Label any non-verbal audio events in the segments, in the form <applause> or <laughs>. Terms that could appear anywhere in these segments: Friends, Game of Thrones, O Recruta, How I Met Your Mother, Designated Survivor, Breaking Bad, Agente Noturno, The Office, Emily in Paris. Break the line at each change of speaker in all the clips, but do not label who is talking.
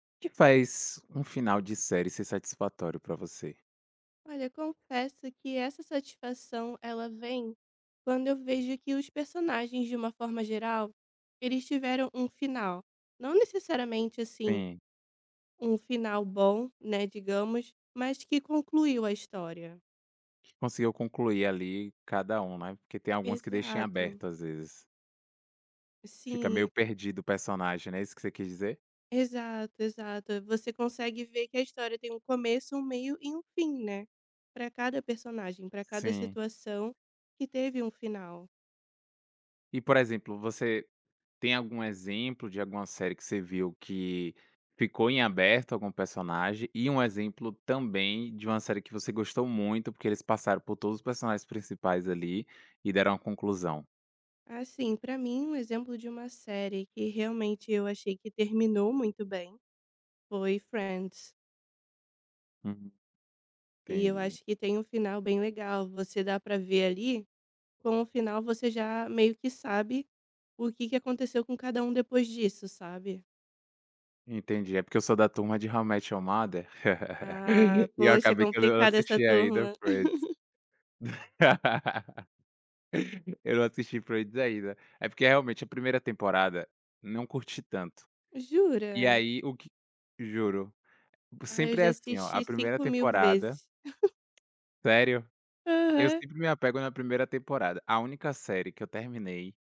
O que faz um final de série ser satisfatório pra você?
Olha, confesso que essa satisfação ela vem quando eu vejo que os personagens, de uma forma geral, eles tiveram um final. Não necessariamente assim,
Sim,
um final bom, né, digamos, mas que concluiu a história.
que conseguiu concluir ali cada um, né, porque tem alguns que deixam em
Exato.
aberto às vezes. Fica
Sim,
meio perdido o personagem, né? Isso que você quis dizer?
exato, exato. Você consegue ver que a história tem um começo, um meio e um fim, né? Para cada personagem, para cada
Sim.
situação que teve um final.
E, por exemplo, você tem algum exemplo de alguma série que você viu que ficou em aberto algum personagem, e um exemplo também de uma série que você gostou muito, porque eles passaram por todos os personagens principais ali e deram a conclusão?
Assim, pra mim, um exemplo de uma série que realmente eu achei que terminou muito bem foi Friends.
Hum,
E eu
entendi.
acho que tem um final bem legal. Você dá pra ver ali, com o final você já meio que sabe o que, que aconteceu com cada um depois disso, sabe?
Entendi, é porque eu sou da turma de How I Met Your Mother, <laughs>
Ah,
e eu
poxa,
acabei que eu não
complicada essa
assisti ainda
turma.
Friends. <laughs> Eu não assisti Friends ainda. É porque realmente a primeira temporada não curti tanto. E
Jura?
aí o que juro,
Ah, eu
sempre é
já
assim, ó, a
assisti
primeira
5 mil
temporada,
vezes.
sério, eu
Aham.
sempre me apego na primeira temporada. A única série que eu terminei,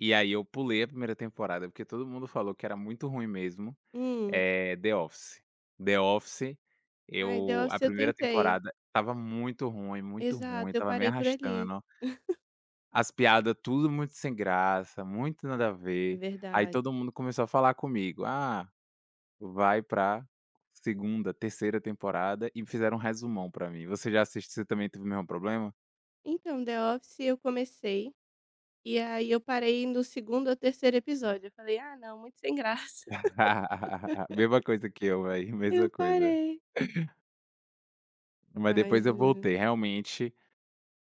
e aí eu pulei a primeira temporada, porque todo mundo falou que era muito ruim mesmo.
Hum.
É The Office. The Office,
Ai, The
eu a
Office eu
primeira
tentei.
temporada estava muito
Exato,
ruim,
eu
estava me
parei por ali.
arrastando, as piadas tudo muito sem graça, muito nada a ver. Aí
Verdade.
todo mundo começou a falar comigo: "Ah, vai pra segunda, terceira temporada", e fizeram um resumão pra mim. Você já assiste você também teve o mesmo problema?
Então, The Office eu comecei, e aí eu parei no segundo ou terceiro episódio, eu falei: "Ah não, muito sem graça". <laughs>
<laughs> Mesma coisa que eu, velho, mesma
Eu
coisa.
parei.
Mas
Ai,
depois eu
juro.
voltei, realmente.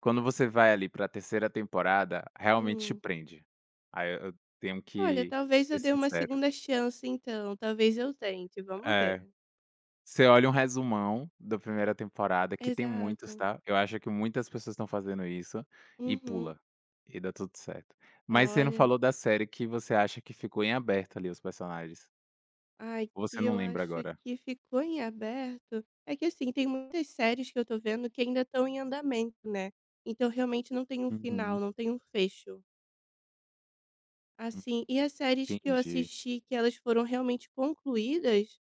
Quando você vai ali pra terceira temporada, realmente te
Hum.
prende. Aí eu tenho
Olha,
que
talvez eu
ser
dê uma
sincero.
segunda chance então, talvez eu tente, vamos
É,
ver.
você olha um resumão da primeira temporada, que tem muitos,
Exato.
tá, eu acho que muitas pessoas estão fazendo isso, e
Uhum.
pula, e dá tudo certo. Mas você não
Olha,
falou da série que você acha que ficou em aberto ali os personagens,
ai,
ou você
que
não
eu
lembra
acho
agora?
que ficou em aberto é que, assim, tem muitas séries que eu tô vendo que ainda estão em andamento, né, então realmente não tem um final,
Uhum,
não tem um fecho. Assim, e as séries que eu
entendi,
assisti que elas foram realmente concluídas,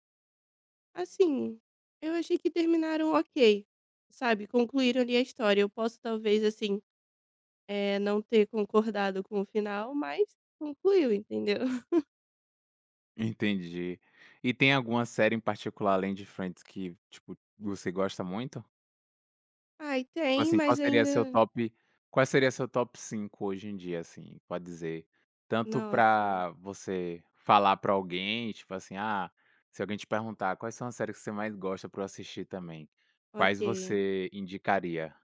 assim, eu achei que terminaram ok, sabe, concluíram ali a história. Eu posso talvez, assim, não ter concordado com o final, mas concluiu, entendeu? <laughs>
entendi. E tem alguma série em particular além de Friends que, tipo, você gosta muito?
Ai,
Tipo
tem,
assim, qual
mas
seria seu
ainda.
top qual seria seu top 5 hoje em dia, assim, pode dizer? Tanto
Nossa,
pra você falar pra alguém, tipo assim, ah, se alguém te perguntar: "Quais são as séries que você mais gosta pra eu assistir também?", quais
ok.
você indicaria?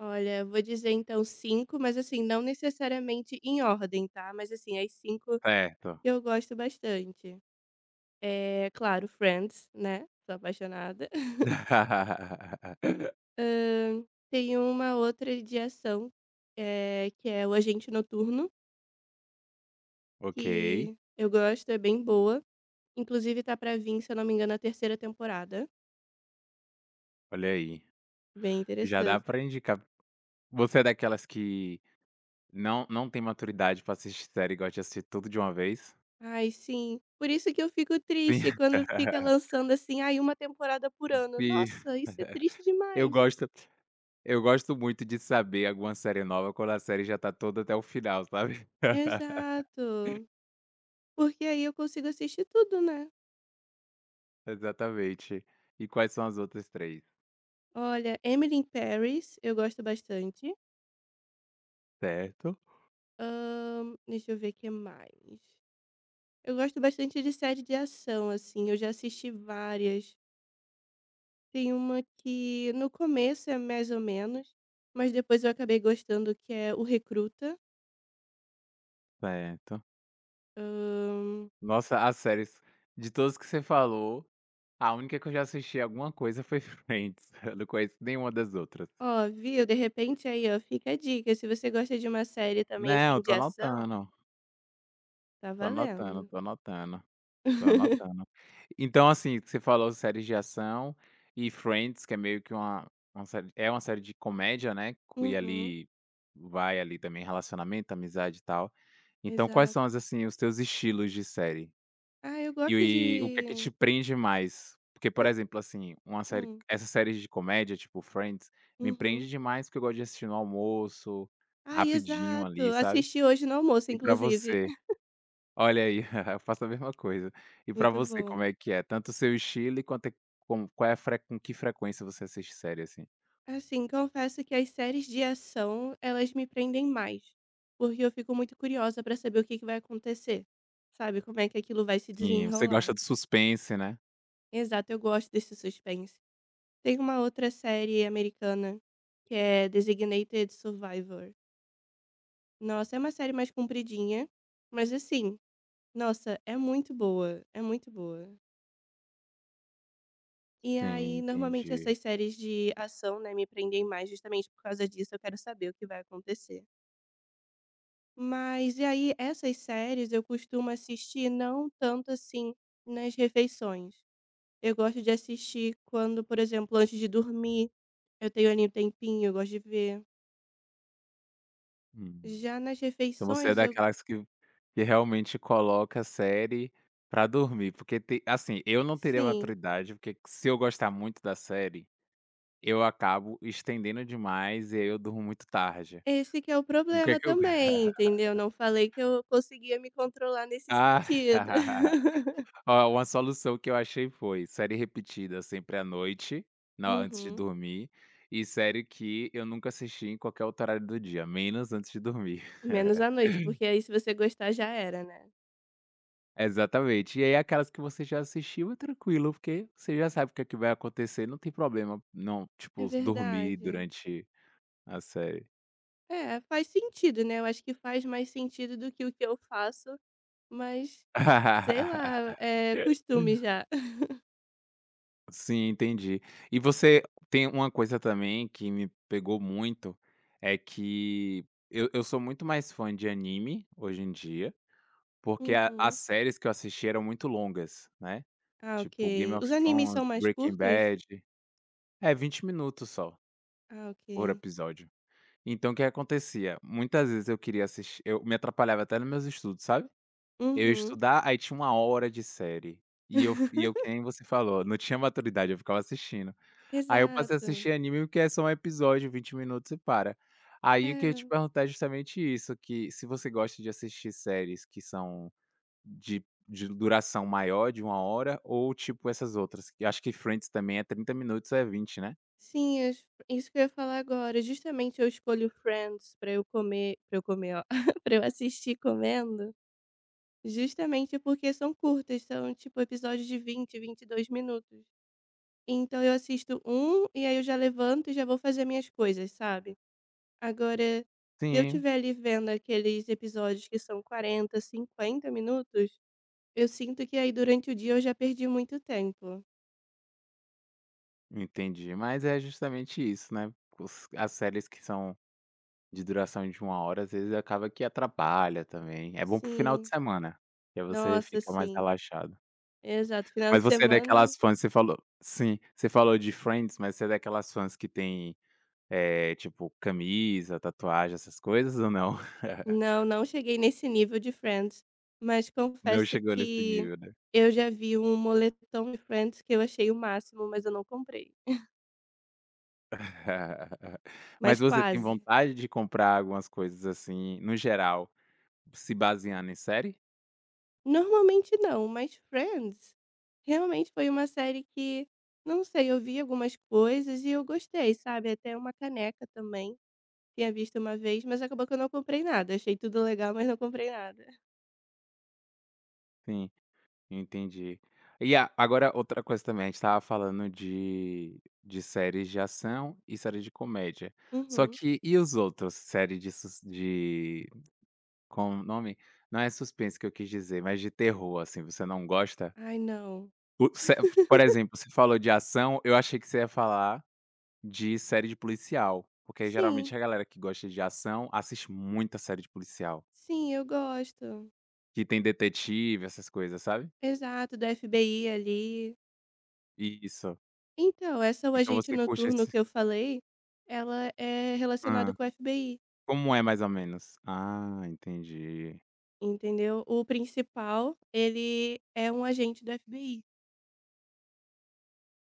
Olha, vou dizer então cinco, mas assim, não necessariamente em ordem, tá? Mas assim, as cinco
Certo.
eu gosto bastante. É, claro, Friends, né? Sou apaixonada.
<laughs>
Hã, tem uma outra de ação, que é o Agente Noturno,
Ok,
que eu gosto, é bem boa. Inclusive tá pra vir se eu não me engano, a terceira temporada.
olha aí.
Bem
Já dá
interessante.
pra indicar. Você é daquelas que não tem maturidade pra assistir série e gosta de assistir tudo de uma vez?
Ai, sim. Por isso que eu fico
Sim.
triste quando fica
<laughs>
lançando, assim, ai, uma temporada por ano.
Sim,
Nossa, isso é triste
eu
demais.
gosto Eu gosto muito de saber alguma série nova quando a série já tá toda até o final, sabe. <laughs>
Exato. Porque aí eu consigo assistir tudo, né.
Exatamente. E quais são as outras três?
Olha, Emily in Paris, eu gosto bastante.
Certo,
Deixa eu ver o que mais. Eu gosto bastante de série de ação, assim, eu já assisti várias. Tem uma que no começo é mais ou menos, mas depois eu acabei gostando que é O Recruta.
certo.
Hã,
Nossa, as séries de todas que você falou, a única que eu já assisti alguma coisa foi <laughs> Friends, eu não conheço nenhuma das outras.
ó, viu, de repente aí, ó, fica a dica, se você gosta de uma série também, assim,
Não,
de
tô
ação,
anotando,
tá
tô anotando,
valendo.
tô anotando. Tô
<laughs>
anotando. Então, assim, você falou séries de ação e Friends, que é meio que uma série é uma série de comédia, né, e
Uhum,
ali vai ali também relacionamento, amizade e tal. Então, quais são as
exato.
assim, os teus estilos de série?
Ah, eu gosto
E o que é que te
de
prende mais? Porque, por
co
exemplo, assim, uma série
hum,
essas séries de comédia, tipo Friends, me
uhum.
prende demais, porque eu gosto de assistir no almoço,
Ai,
rapidinho
exato,
ali, sabe.
assisti hoje no almoço
E pra
inclusive.
você?
<laughs>
Olha aí, <laughs> eu faço a mesma coisa. E pra
Muito
você, como
bom.
é que é? Tanto o seu estilo e quanto é como qual é a fre com que frequência você assiste série, assim?
Assim, confesso que as séries de ação, elas me prendem mais, porque eu fico muito curiosa pra saber o que que vai acontecer, sabe, como é que aquilo vai se
Sim, você
desenrolar.
gosta do suspense, né?
Exato, eu gosto desse suspense. Tem uma outra série americana que é Designated Survivor. Nossa, é uma série mais compridinha, mas assim, nossa, é muito boa, é muito boa. E
Sim,
aí, normalmente
entendi.
essas séries de ação, né, me prendem mais justamente por causa disso, eu quero saber o que vai acontecer. Mas e aí essas séries eu costumo assistir não tanto, assim, nas refeições. Eu gosto de assistir quando, por exemplo, antes de dormir, eu tenho ali um tempinho, eu gosto de ver.
Hum.
Já nas
Então você é
refeições eu
daquelas que realmente coloca a série pra dormir, porque tem assim, eu não teria
sim,
maturidade, porque se eu gostar muito da série, eu acabo estendendo demais e aí eu durmo muito tarde.
esse que é o
O que é
problema
que eu
também,
<laughs>
entendeu? Não falei que eu conseguia me controlar nesse
Ah.
sentido.
<laughs>
<laughs>
Ó, uma solução que eu achei foi série repetida sempre à noite, na antes de
Uhum.
dormir, e série que eu nunca assisti em qualquer outro horário do dia, menos antes de dormir. <laughs>
Menos à noite, porque aí se você gostar já era, né.
Exatamente. E aí aquelas que você já assistiu é tranquilo, porque você já sabe o que é que vai acontecer, não tem problema não,
É
tipo, dormir
verdade.
durante a série.
É, faz sentido, né, eu acho que faz mais sentido do que o que eu faço. Mas, sei lá,
<laughs>
é costume já. <laughs>
Sim, entendi. E você tem uma coisa também que me pegou muito, é que eu sou muito mais fã de anime hoje em dia, porque a as
Uhum.
séries que eu assisti eram muito longas, né,
Ah,
tipo Game
ok.
of
Os animes
Thrones,
são mais
Breaking
curtos?
Bad. É, 20 minutos só,
Ah,
por
ok.
episódio. Então o que acontecia? Muitas vezes eu queria assistir eu me atrapalhava até nos meus estudos, sabe. Eu ia
Uhum.
estudar, aí tinha uma hora de série, e eu que
<laughs>
nem você falou, não tinha maturidade, eu ficava assistindo. Aí eu passei a
Exato.
assistir anime porque é só um episódio, 20 minutos e para. Aí o que eu queria te
É,
perguntar é justamente isso, que se você gosta de assistir séries que são de duração maior, de uma hora, ou tipo essas outras, que acho que Friends também é 30 minutos ou é 20, né?
sim, es isso que eu ia falar agora. Justamente eu escolho Friends pra eu comer para eu comer, ó, <laughs> pra eu assistir comendo, justamente porque são curtas, são tipo episódios de 20, 22 minutos. Então eu assisto um, e aí eu já levanto e já vou fazer minhas coisas, sabe? Agora, se eu
Sim,
estiver ali vendo aqueles episódios que são 40, 50 minutos, eu sinto que aí durante o dia eu já perdi muito tempo.
entendi, mas é justamente isso, né, os as séries que são de duração de uma hora, às vezes acaba que atrapalha também, é bom para o final de
Sim,
semana, que aí você
nossa,
fica mais
sim.
relaxado.
Exato, final de
Mas você é
semana,
daquelas fãs, você falou, sim, você falou de Friends, mas você é daquelas fãs que tem, tipo, camisa, tatuagem, essas coisas ou não? <laughs>
não, não cheguei nesse nível de Friends, mas
Não
confesso
chegou nesse
que
nível, né?
eu já vi um moletom de Friends que eu achei o máximo, mas eu não comprei.
<laughs>
Mas
Mas você tem
quase.
vontade de comprar algumas coisas, assim, no geral, se baseando em série?
Normalmente não, mas Friends realmente foi uma série que, não sei, eu vi algumas coisas e eu gostei, sabe, até uma caneca também, tinha visto uma vez, mas acabou que eu não comprei nada, achei tudo legal, mas não comprei nada.
Sim, entendi. E a agora outra coisa também, a gente estava falando de séries de ação e séries de comédia. Só
Uhum.
que e os outros? Série de sus de como nome? Não é suspense que eu quis dizer, mas de terror, assim, você não gosta?
Ai não.
O ce por exemplo, você falou de ação, eu achei que você ia falar de série de policial, porque aí,
Sim,
geralmente a galera que gosta de ação assiste muita série de policial,
sim, eu gosto.
que tem detetive, essas coisas, sabe?
Exato, do FBI ali.
Isso.
Então, essa O
Então
Agente
você curte
Noturno
esse,
que eu falei, ela é relacionada
hã.
com o FBI,
Como é mais ou menos? Ah, entendi,
entendeu? O principal, ele é um agente do FBI.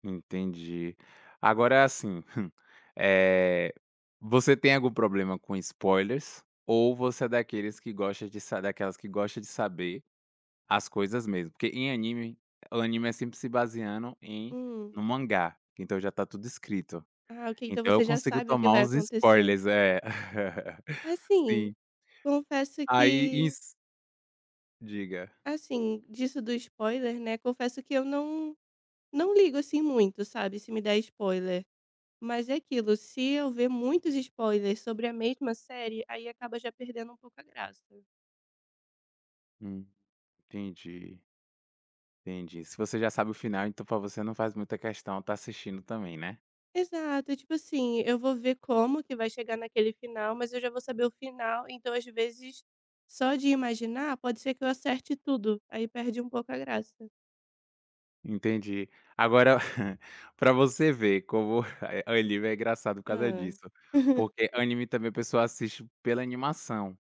entendi. Agora assim, <laughs> eh, você tem algum problema com spoilers ou você é daqueles que gosta de sa daquelas que gosta de saber as coisas mesmo, porque em anime o anime é sempre se baseando
Hum.
no mangá, então já tá tudo escrito.
Ah, ok, então
Então eu
você já
consigo
sabe o que
tomar
vai
uns
acontecer.
spoilers, é. <laughs>
Assim,
Sim,
confesso
aí
que
isso, diga.
assim, disso do spoiler, né, confesso que eu não não ligo, assim, muito, sabe, se me der spoiler. Mas é aquilo, se eu ver muitos spoilers sobre a mesma série, aí acaba já perdendo um pouco a graça.
Hum, entendi, entendi. Se você já sabe o final, então pra você não faz muita questão estar assistindo também, né.
Exato, tipo assim, eu vou ver como que vai chegar naquele final, mas eu já vou saber o final, então às vezes só de imaginar, pode ser que eu acerte tudo, aí perde um pouco a graça.
Entendi. Agora <laughs> pra você ver como <laughs> o anime é engraçado por causa
Hã.
disso,
<laughs>
porque anime também a pessoa assiste pela animação,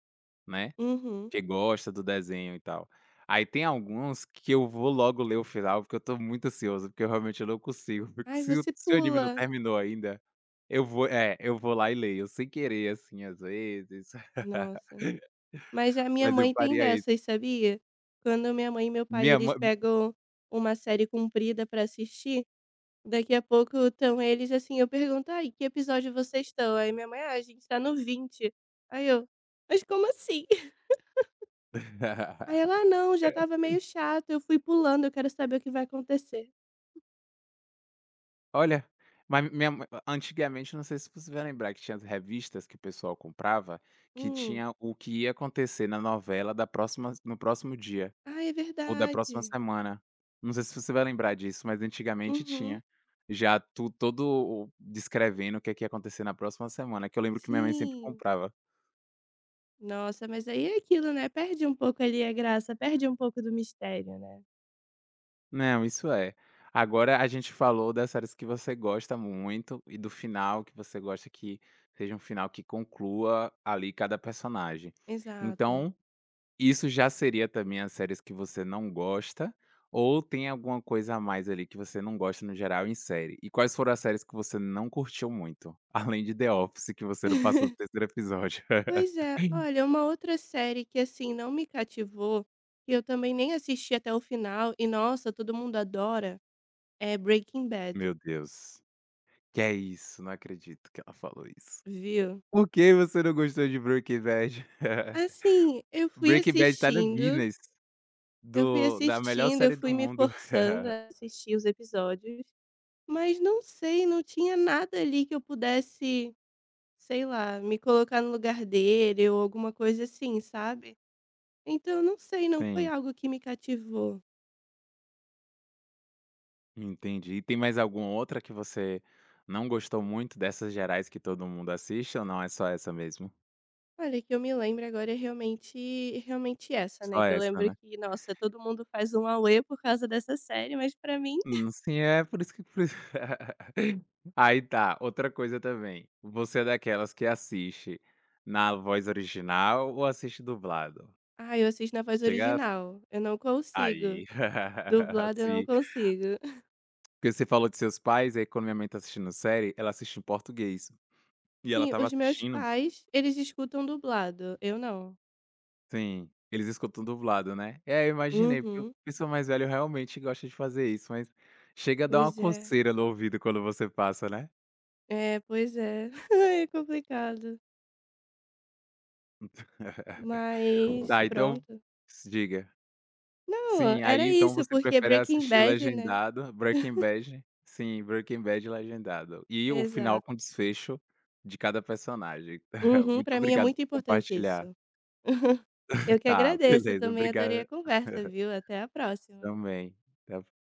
né.
Uhum.
Que gosta do desenho e tal. Aí tem alguns que eu vou logo ler o final, porque eu tô muito ansioso, porque eu realmente eu não consigo, <laughs> porque
Ai,
se o
você
se o anime não
pula.
terminou ainda, eu vou lá e leio sem querer, assim, às vezes.
Nossa.
<laughs>
Mas a minha
Mas eu
mãe tem
faria isso.
dessas, sabia? Quando minha mãe e meu pai,
Minha
eles
mãe.
pegam uma série comprida pra assistir, daqui a pouco estão eles assim, eu pergunto: "Ai, que episódio vocês estão?" Aí minha mãe: "Ah, a gente tá no 20." Aí eu: "Mas como assim?" <laughs> Aí ela: "Ah,
<laughs>
não, já estava meio chato, eu fui pulando, eu quero saber o que vai acontecer".
Olha, mas minha mã antigamente, não sei se você vai lembrar que tinha as revistas que o pessoal comprava, que
Hum.
tinha o que ia acontecer na novela da próxima no próximo dia.
Ah, é
Ou da próxima
verdade.
semana. Não sei se você vai lembrar disso, mas antigamente
Uhum.
tinha. Já tu todo o descrevendo o que é que ia acontecer na próxima semana, que eu lembro que minha mãe sempre
Sim.
comprava.
Nossa, mas aí é aquilo, né, perde um pouco ali a graça, perde um pouco do mistério, né.
Não, isso é. Agora a gente falou das séries que você gosta muito e do final que você gosta que seja um final que conclua ali cada personagem.
Exato.
Então, isso já seria também as séries que você não gosta, ou tem alguma coisa a mais ali que você não gosta no geral em série? E quais foram as séries que você não curtiu muito? <laughs> Além de The Office, que você não passou do
<laughs>
terceiro episódio. <laughs>
Pois é. Olha, uma outra série que, assim, não me cativou, que eu também nem assisti até o final e, nossa, todo mundo adora, é Breaking Bad,
Meu Deus, que é isso? Não acredito que ela falou isso.
viu.
Por que você não gostou de Breaking Bad?
Assim,
<laughs>
eu fui
Breaking Bad tá no
assistindo,
Guinness
eu fui
do da melhor
assistindo, eu
série do
fui me
mundo.
forçando
<laughs>
a assistir os episódios, mas não sei, não tinha nada ali que eu pudesse sei lá, me colocar no lugar dele ou alguma coisa assim, sabe? Então, não sei, não foi
Sim.
algo que me cativou.
Entendi. E tem mais alguma outra que você não gostou muito dessas gerais que todo mundo assiste ou não é só essa mesmo?
Olha, que eu me lembro agora é realmente, realmente essa, né?
Só
Que eu
essa,
lembro
né?
que, nossa, todo mundo faz um auê por causa dessa série, mas pra mim,
Sim, é por isso. <laughs> Aí tá, outra coisa também. Você é daquelas que assiste na voz original ou assiste dublado?
ah, eu assisto na voz
Chega
original. Eu não consigo.
aí, <laughs>
Dublado eu não
assim,
consigo. <laughs>
porque você falou de seus pais, aí quando minha mãe tá assistindo série, ela assiste em português, e ela
Sim,
estava
os meus
assistindo.
pais, eles escutam dublado, eu não.
Sim, eles escutam dublado, né. É, eu imaginei, porque o
Uhum.
pessoal mais velho realmente gosta de fazer isso, mas chega a dar uma
Pois é.
coceira no ouvido quando você passa, né.
É, pois é. <laughs> É complicado.
<laughs>
Mas
Tá, então
pronto.
diga.
Não,
Sim,
era
aí então
isso,
você
porque
prefere
Breaking
assistir
Bad, né.
legendado, Breaking Bad. Sim, Breaking Bad legendado. E o final
Exato.
com desfecho de cada personagem. <laughs>
Uhum,
Muito
pra mim é
obrigado
muito
por
importante
compartilhar.
isso. <laughs> Eu que
Tá,
agradeço,
beleza,
também adorei
obrigado
a conversa, viu. Até a próxima.
também. Até a